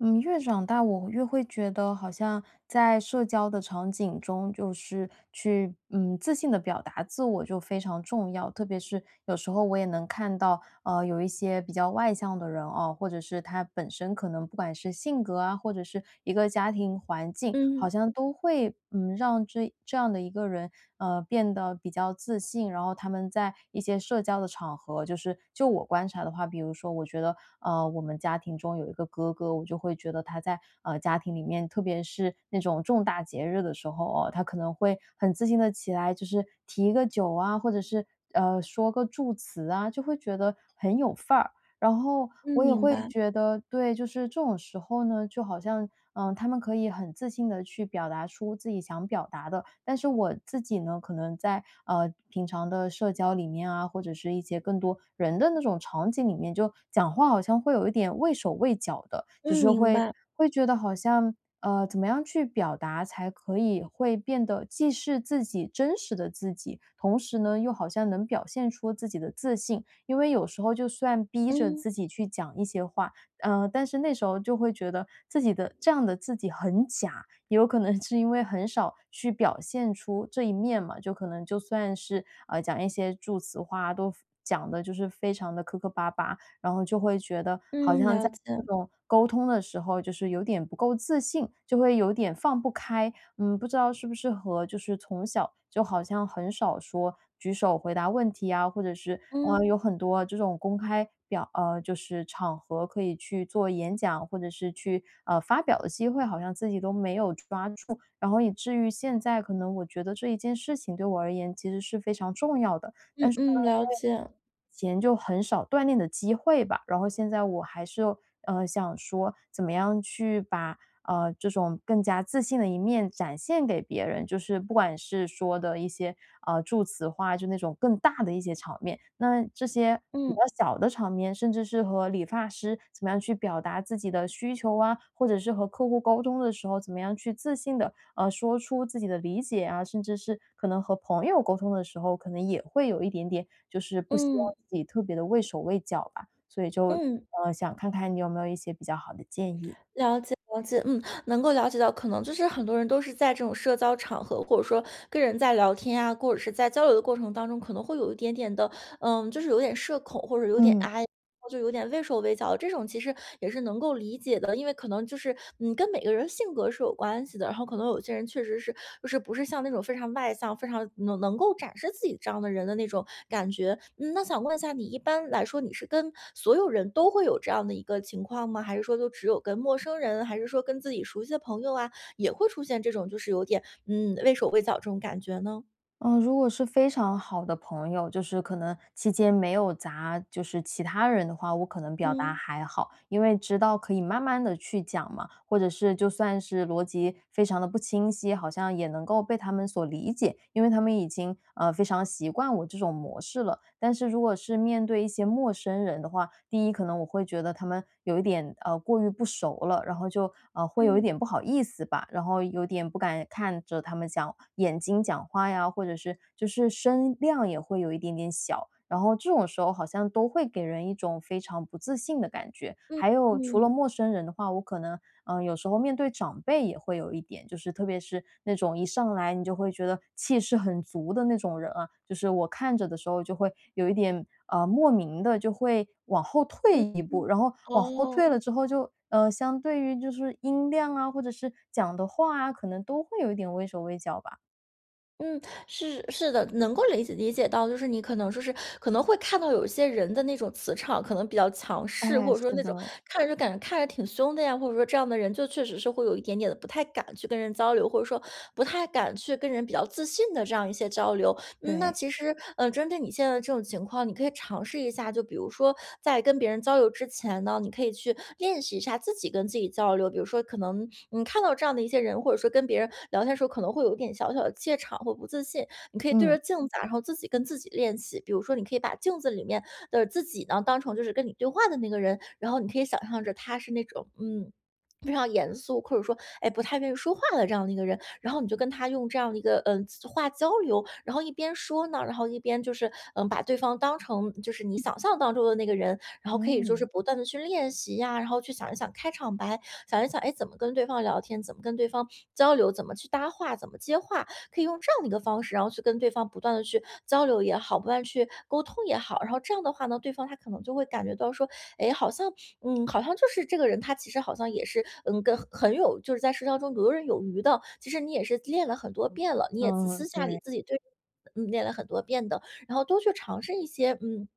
嗯，越长大，我越会觉得好像在社交的场景中，就是去自信的表达自我就非常重要。特别是有时候我也能看到，有一些比较外向的人哦，或者是他本身可能不管是性格啊，或者是一个家庭环境，好嗯，像都会让这样的一个人变得比较自信，然后他们在一些社交的场合，就我观察的话，比如说我觉得我们家庭中有一个哥哥，我就会觉得他在家庭里面，特别是那种重大节日的时候哦，他可能会很自信的起来，就是提一个酒啊，或者是说个祝词啊，就会觉得很有范儿。然后嗯，我也明会白。觉得对，就是这种时候呢，就好像，他们可以很自信的去表达出自己想表达的。但是我自己呢，可能在，平常的社交里面啊，或者是一些更多人的那种场景里面，就讲话好像会有一点畏手畏脚的，就嗯，是明会白。会觉得好像，怎么样去表达才可以会变得既是自己真实的自己，同时呢，又好像能表现出自己的自信。因为有时候就算逼着嗯，自己去讲一些话，但是那时候就会觉得自己的这样的自己很假，也有可能是因为很少去表现出这一面嘛，就可能就算是讲一些助词话都讲的就是非常的磕磕巴巴，然后就会觉得好嗯，像了在解。这种沟通的时候，就是有点不够自信，就会有点放不开，嗯，不知道是不是和就是从小就好像很少说举手回答问题啊，或者是啊嗯，有很多这种公开表呃就是场合可以去做演讲或者是去发表的机会，好像自己都没有抓住，然后以至于现在可能我觉得这一件事情对我而言其实是非常重要的。嗯但是呢，嗯，了因为解。以前就很少锻炼的机会吧，然后现在我还是，想说怎么样去把，这种更加自信的一面展现给别人，就是不管是说的一些，助词化，就那种更大的一些场面，那这些比嗯，较小的场面，甚至是和理发师怎么样去表达自己的需求啊，或者是和客户沟通的时候，怎么样去自信的。说出自己的理解啊，甚至是可能和朋友沟通的时候，可能也会有一点点，就是不希望嗯，自己特别的畏手畏脚吧，所以就，嗯，想看看你有没有一些比较好的建议？了解了解。嗯，能够了解到，可能就是很多人都是在这种社交场合，或者说跟人在聊天啊，或者是在交流的过程当中，可能会有一点点的，就是有点社恐，或者有点 嗯。I 就有点畏手畏脚。这种其实也是能够理解的，因为可能就是，跟每个人性格是有关系的。然后可能有些人确实是，就是不是像那种非常外向、非常能够展示自己这样的人的那种感觉。那想问一下，你一般来说你是跟所有人都会有这样的一个情况吗？还是说就只有跟陌生人，还是说跟自己熟悉的朋友啊，也会出现这种就是有点畏手畏脚这种感觉呢？嗯，如果是非常好的朋友，就是可能期间没有砸就是其他人的话，我可能表达嗯还好，因为知道可以慢慢的去讲嘛，或者是就算是逻辑非常的不清晰，好像也能够被他们所理解，因为他们已经，非常习惯我这种模式了。但是如果是面对一些陌生人的话，第一可能我会觉得他们有一点过于不熟了，然后就会有一嗯点不好意思吧，然后有点不敢看着他们讲眼睛讲话呀，或者是就是声量也会有一点点小。然后这种时候好像都会给人一种非常不自信的感觉。嗯还有除了嗯陌生人的话，我可能嗯，有时候面对长辈也会有一点，就是特别是那种一上来你就会觉得气势很足的那种人啊，就是我看着的时候就会有一点莫名的就会往后退嗯一步，嗯，然后往后退了哦，之后相对于就是音量啊，或者是讲的话啊，可能都会有一点畏手畏脚吧。嗯，是的，能够理解到，就是你可能说是可能会看到有一些人的那种磁场可能比较强势，哎，或者是说那种的，看着就感觉看着挺凶的呀，或者说这样的人就确实是会有一点点的不太敢去跟人交流，或者说不太敢去跟人比较自信的这样一些交流。那对，其实，针对你现在的这种情况，你可以尝试一下，就比如说在跟别人交流之前呢，你可以去练习一下自己跟自己交流。比如说，可能你看到这样的一些人，或者说跟别人聊天的时候，可能会有一点小小的怯场或不自信，你可以对着嗯镜子啊然后自己跟自己练习。比如说，你可以把镜子里面的自己呢，当成就是跟你对话的那个人，然后你可以想象着他是那种非常严肃，或者说，哎，不太愿意说话的这样的一个人，然后你就跟他用这样的一个话交流，然后一边说呢，然后一边就是把对方当成就是你想象当中的那个人，然后可以就是嗯不断的去练习呀，然后去想一想开场白，想一想哎怎么跟对方聊天，怎么跟对方交流，怎么去搭话，怎么接话，可以用这样的一个方式，然后去跟对方不断的去交流也好，不断地去沟通也好，然后这样的话呢，对方他可能就会感觉到说，哎，好像好像就是这个人，他其实好像也是，跟很有就是在社交中游刃有余的。其实你也是练了很多遍了，你也私嗯，下里对，自己对，练了很多遍的，然后多去尝试一些，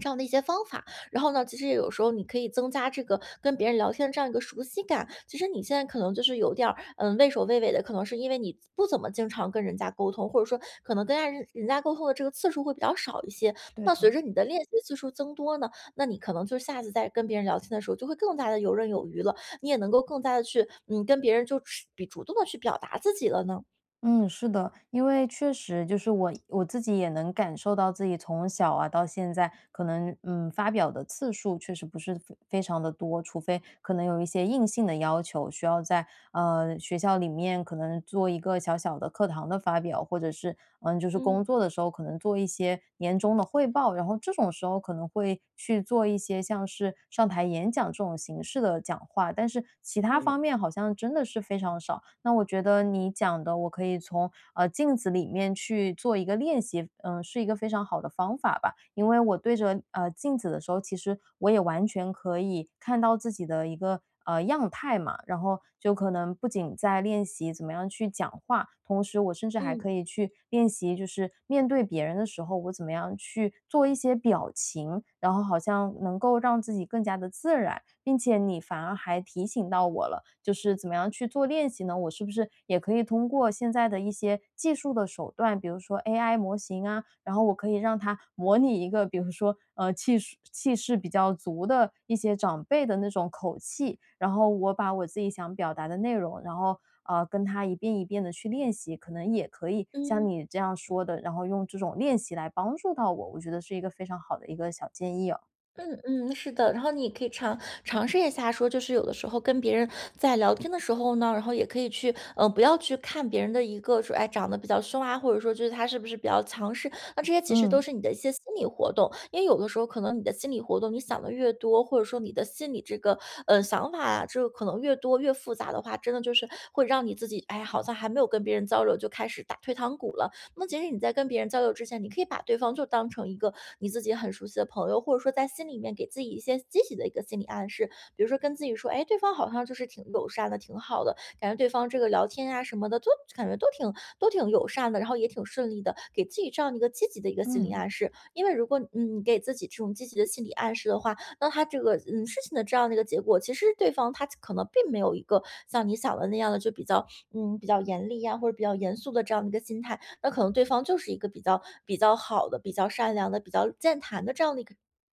这样的一些方法，然后呢，其实有时候你可以增加这个跟别人聊天这样一个熟悉感。其实你现在可能就是有点儿，畏首畏尾的，可能是因为你不怎么经常跟人家沟通，或者说可能跟人家沟通的这个次数会比较少一些。对那随的。着你的练习次数增多呢，那你可能就下次再跟别人聊天的时候，就会更加的游刃有余了，你也能够更加的去，跟别人就是比主动的去表达自己了呢。嗯，是的，因为确实就是我自己也能感受到自己从小啊到现在，可能发表的次数确实不是非常的多，除非可能有一些硬性的要求，需要在学校里面可能做一个小小的课堂的发表，或者是就是嗯，工作的时候可能做一些年终的汇报，然后这种时候可能会去做一些像是上台演讲这种形式的讲话，但是其他嗯，方面好像真的是非常少。那我觉得你讲的，我可以从镜子里面去做一个练习，嗯，是一个非常好的方法吧。因为我对着镜子的时候，其实我也完全可以看到自己的一个样态嘛，然后就可能不仅在练习怎么样去讲话，同时我甚至还可嗯，以去练习，就是面对别人的时候，我怎么样去做一些表情，然后好像能够让自己更加的自然，并且你反而还提醒到我了，就是怎么样去做练习呢？我是不是也可以通过现在的一些技术的手段，比如说 AI 模型啊，然后我可以让他模拟一个，比如说，气势比较足的一些长辈的那种口气，然后我把我自己想表达的内容，然后跟他一遍一遍的去练习，可能也可以像嗯。你这样说的，然后用这种练习来帮助到我，我觉得是一个非常好的一个小建议哦。嗯嗯，是的，然后你也可以尝试一下说，就是有的时候跟别人在聊天的时候呢，然后也可以去，不要去看别人的一个说，哎，长得比较凶啊，或者说就是他是不是比较强势，那这些其实都嗯是你的一些心理活动，因为有的时候可能你的心理活动你想的越多，或者说你的心理这个想法啊，这个可能越多越复杂的话，真的就是会让你自己，哎，好像还没有跟别人交流就开始打退堂鼓了，那其实你在跟别人交流之前，你可以把对方就当成一个你自己很熟悉的朋友，或者说在心里面给自己一些积极的一个心理暗示，比如说跟自己说，哎，对方好像就是挺友善的，挺好的，感觉对方这个聊天啊什么的，都感觉都挺友善的，然后也挺顺利的，给自己这样的一个积极的一个心理嗯，暗示。因为如果你给自己这种积极的心理暗示的话，那他这个事情的这样的一个结果，其实对方他可能并没有一个像你想的那样的就比较比较严厉呀、或者比较严肃的这样的一个心态，那可能对方就是一个比较好的、比较善良的、比较健谈的这样的一个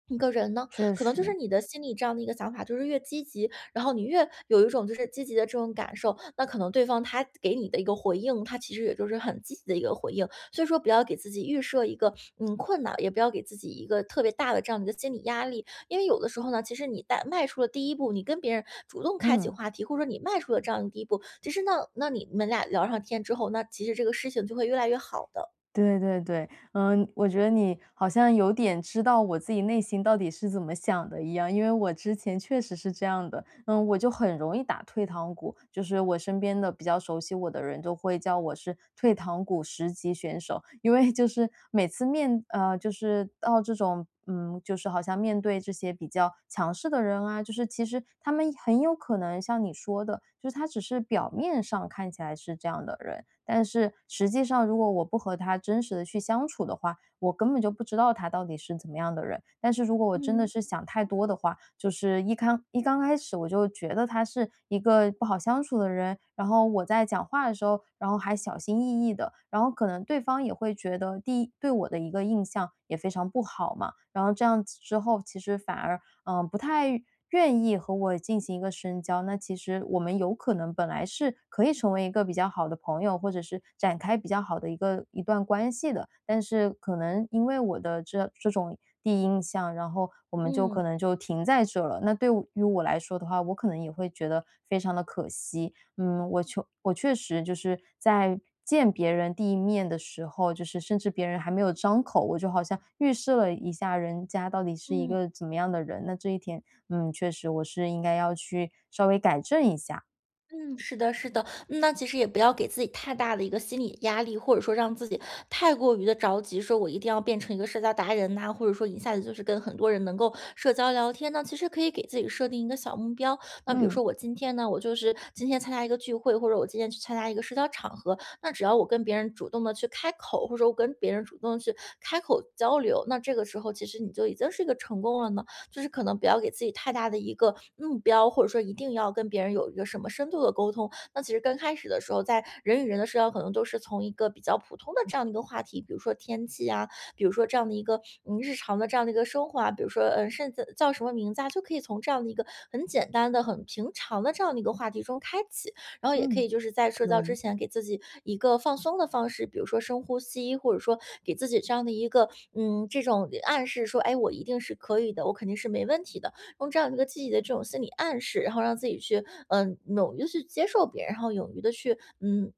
一个人呢，确可能就是实。你的心里这样的一个想法，就是越积极，然后你越有一种就是积极的这种感受，那可能对方他给你的一个回应，他其实也就是很积极的一个回应。所以说，不要给自己预设一个困难，也不要给自己一个特别大的这样的一个心理压力，因为有的时候呢，其实你带迈出了第一步，你跟别人主动开启嗯。话题，或者说你迈出了这样的第一步，其实呢，那你们俩聊上天之后，那其实这个事情就会越来越好的。对对对，嗯，我觉得你好像有点知道我自己内心到底是怎么想的一样，因为我之前确实是这样的，嗯，我就很容易打退堂鼓，就是我身边的比较熟悉我的人都会叫我是退堂鼓十级选手，因为就是每次面呃，就是到这种嗯，就是好像面对这些比较强势的人啊，就是其实他们很有可能像你说的，就是他只是表面上看起来是这样的人，但是实际上如果我不和他真实的去相处的话，我根本就不知道他到底是怎么样的人。但是如果我真的嗯是想太多的话，就是一刚开始我就觉得他是一个不好相处的人，然后我在讲话的时候，然后还小心翼翼的，然后可能对方也会觉得第一对我的一个印象也非常不好嘛，然后这样子之后，其实反而不太愿意和我进行一个深交，那其实我们有可能本来是可以成为一个比较好的朋友，或者是展开比较好的一个一段关系的，但是可能因为我的这种第一印象，然后我们就嗯可能就停在这了。那对于我来说的话，我可能也会觉得非常的可惜，嗯，我确实就是在见别人第一面的时候，就是甚至别人还没有张口，我就好像预示了一下人家到底是一嗯。个怎么样的人。那这一点，嗯，确实我是应该要去稍微改正一下。嗯，是的，是的。嗯那其实也不要给自己太大的一个心理压力，或者说让自己太过于的着急，说我一定要变成一个社交达人呐、或者说一下子就是跟很多人能够社交聊天呢。其实可以给自己设定一个小目标。那比如嗯说我今天呢，我就是今天参加一个聚会，或者我今天去参加一个社交场合，那只要我跟别人主动的去开口，或者我跟别人主动地去开口交流，那这个时候其实你就已经是一个成功了呢。就是可能不要给自己太大的一个目标，或者说一定要跟别人有一个什么深度的沟通。那其实刚开始的时候，在人与人的社交，可能都是从一个比较普通的这样的一个话题，比如说天气啊，比如说这样的一个日常的这样的一个生活啊，比如说甚至叫什么名字啊，就可以从这样的一个很简单的、很平常的这样的一个话题中开启。然后也可嗯，以就是在社可交之以，前给自己一个放松的方式，比如说深呼吸，或者说给自己这样的一个这种暗示说，哎，我一定是可以的，我肯定是没问题的。用这样一个积极的这种心理暗示，然后让自己去勇于地去接受别人，然后勇于的去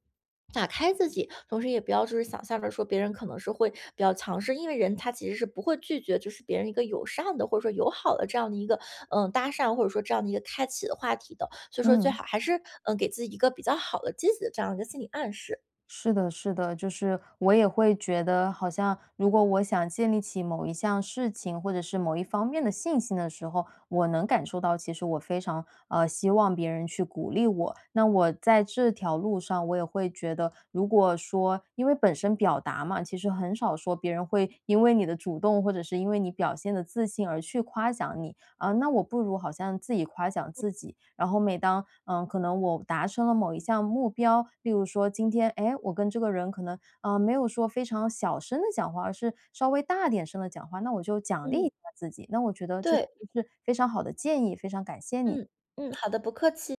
打开自己，同时也不要就是想象着说别人可能是会比较强势，因为人他其实是不会拒绝，就是别人一个友善的或者说友好的这样的一个搭讪，或者说这样的一个开启的话题的。所以说最嗯。好还是给自己一个比较好的、积极的这样一个心理暗示。是的，是的，就是我也会觉得，好像如果我想建立起某一项事情或者是某一方面的信心的时候，我能感受到，其实我非常希望别人去鼓励我。那我在这条路上，我也会觉得，如果说因为本身表达嘛，其实很少说别人会因为你的主动或者是因为你表现的自信而去夸奖你，啊，那我不如好像自己夸奖自己。然后每当可能我达成了某一项目标，例如说今天，哎，我跟这个人可能啊没有说非常小声的讲话，而是稍微大点声的讲话，那我就奖励嗯，一下自己。那我觉得这是对，非常好的建议，非常感谢你。嗯嗯，好的，不客气。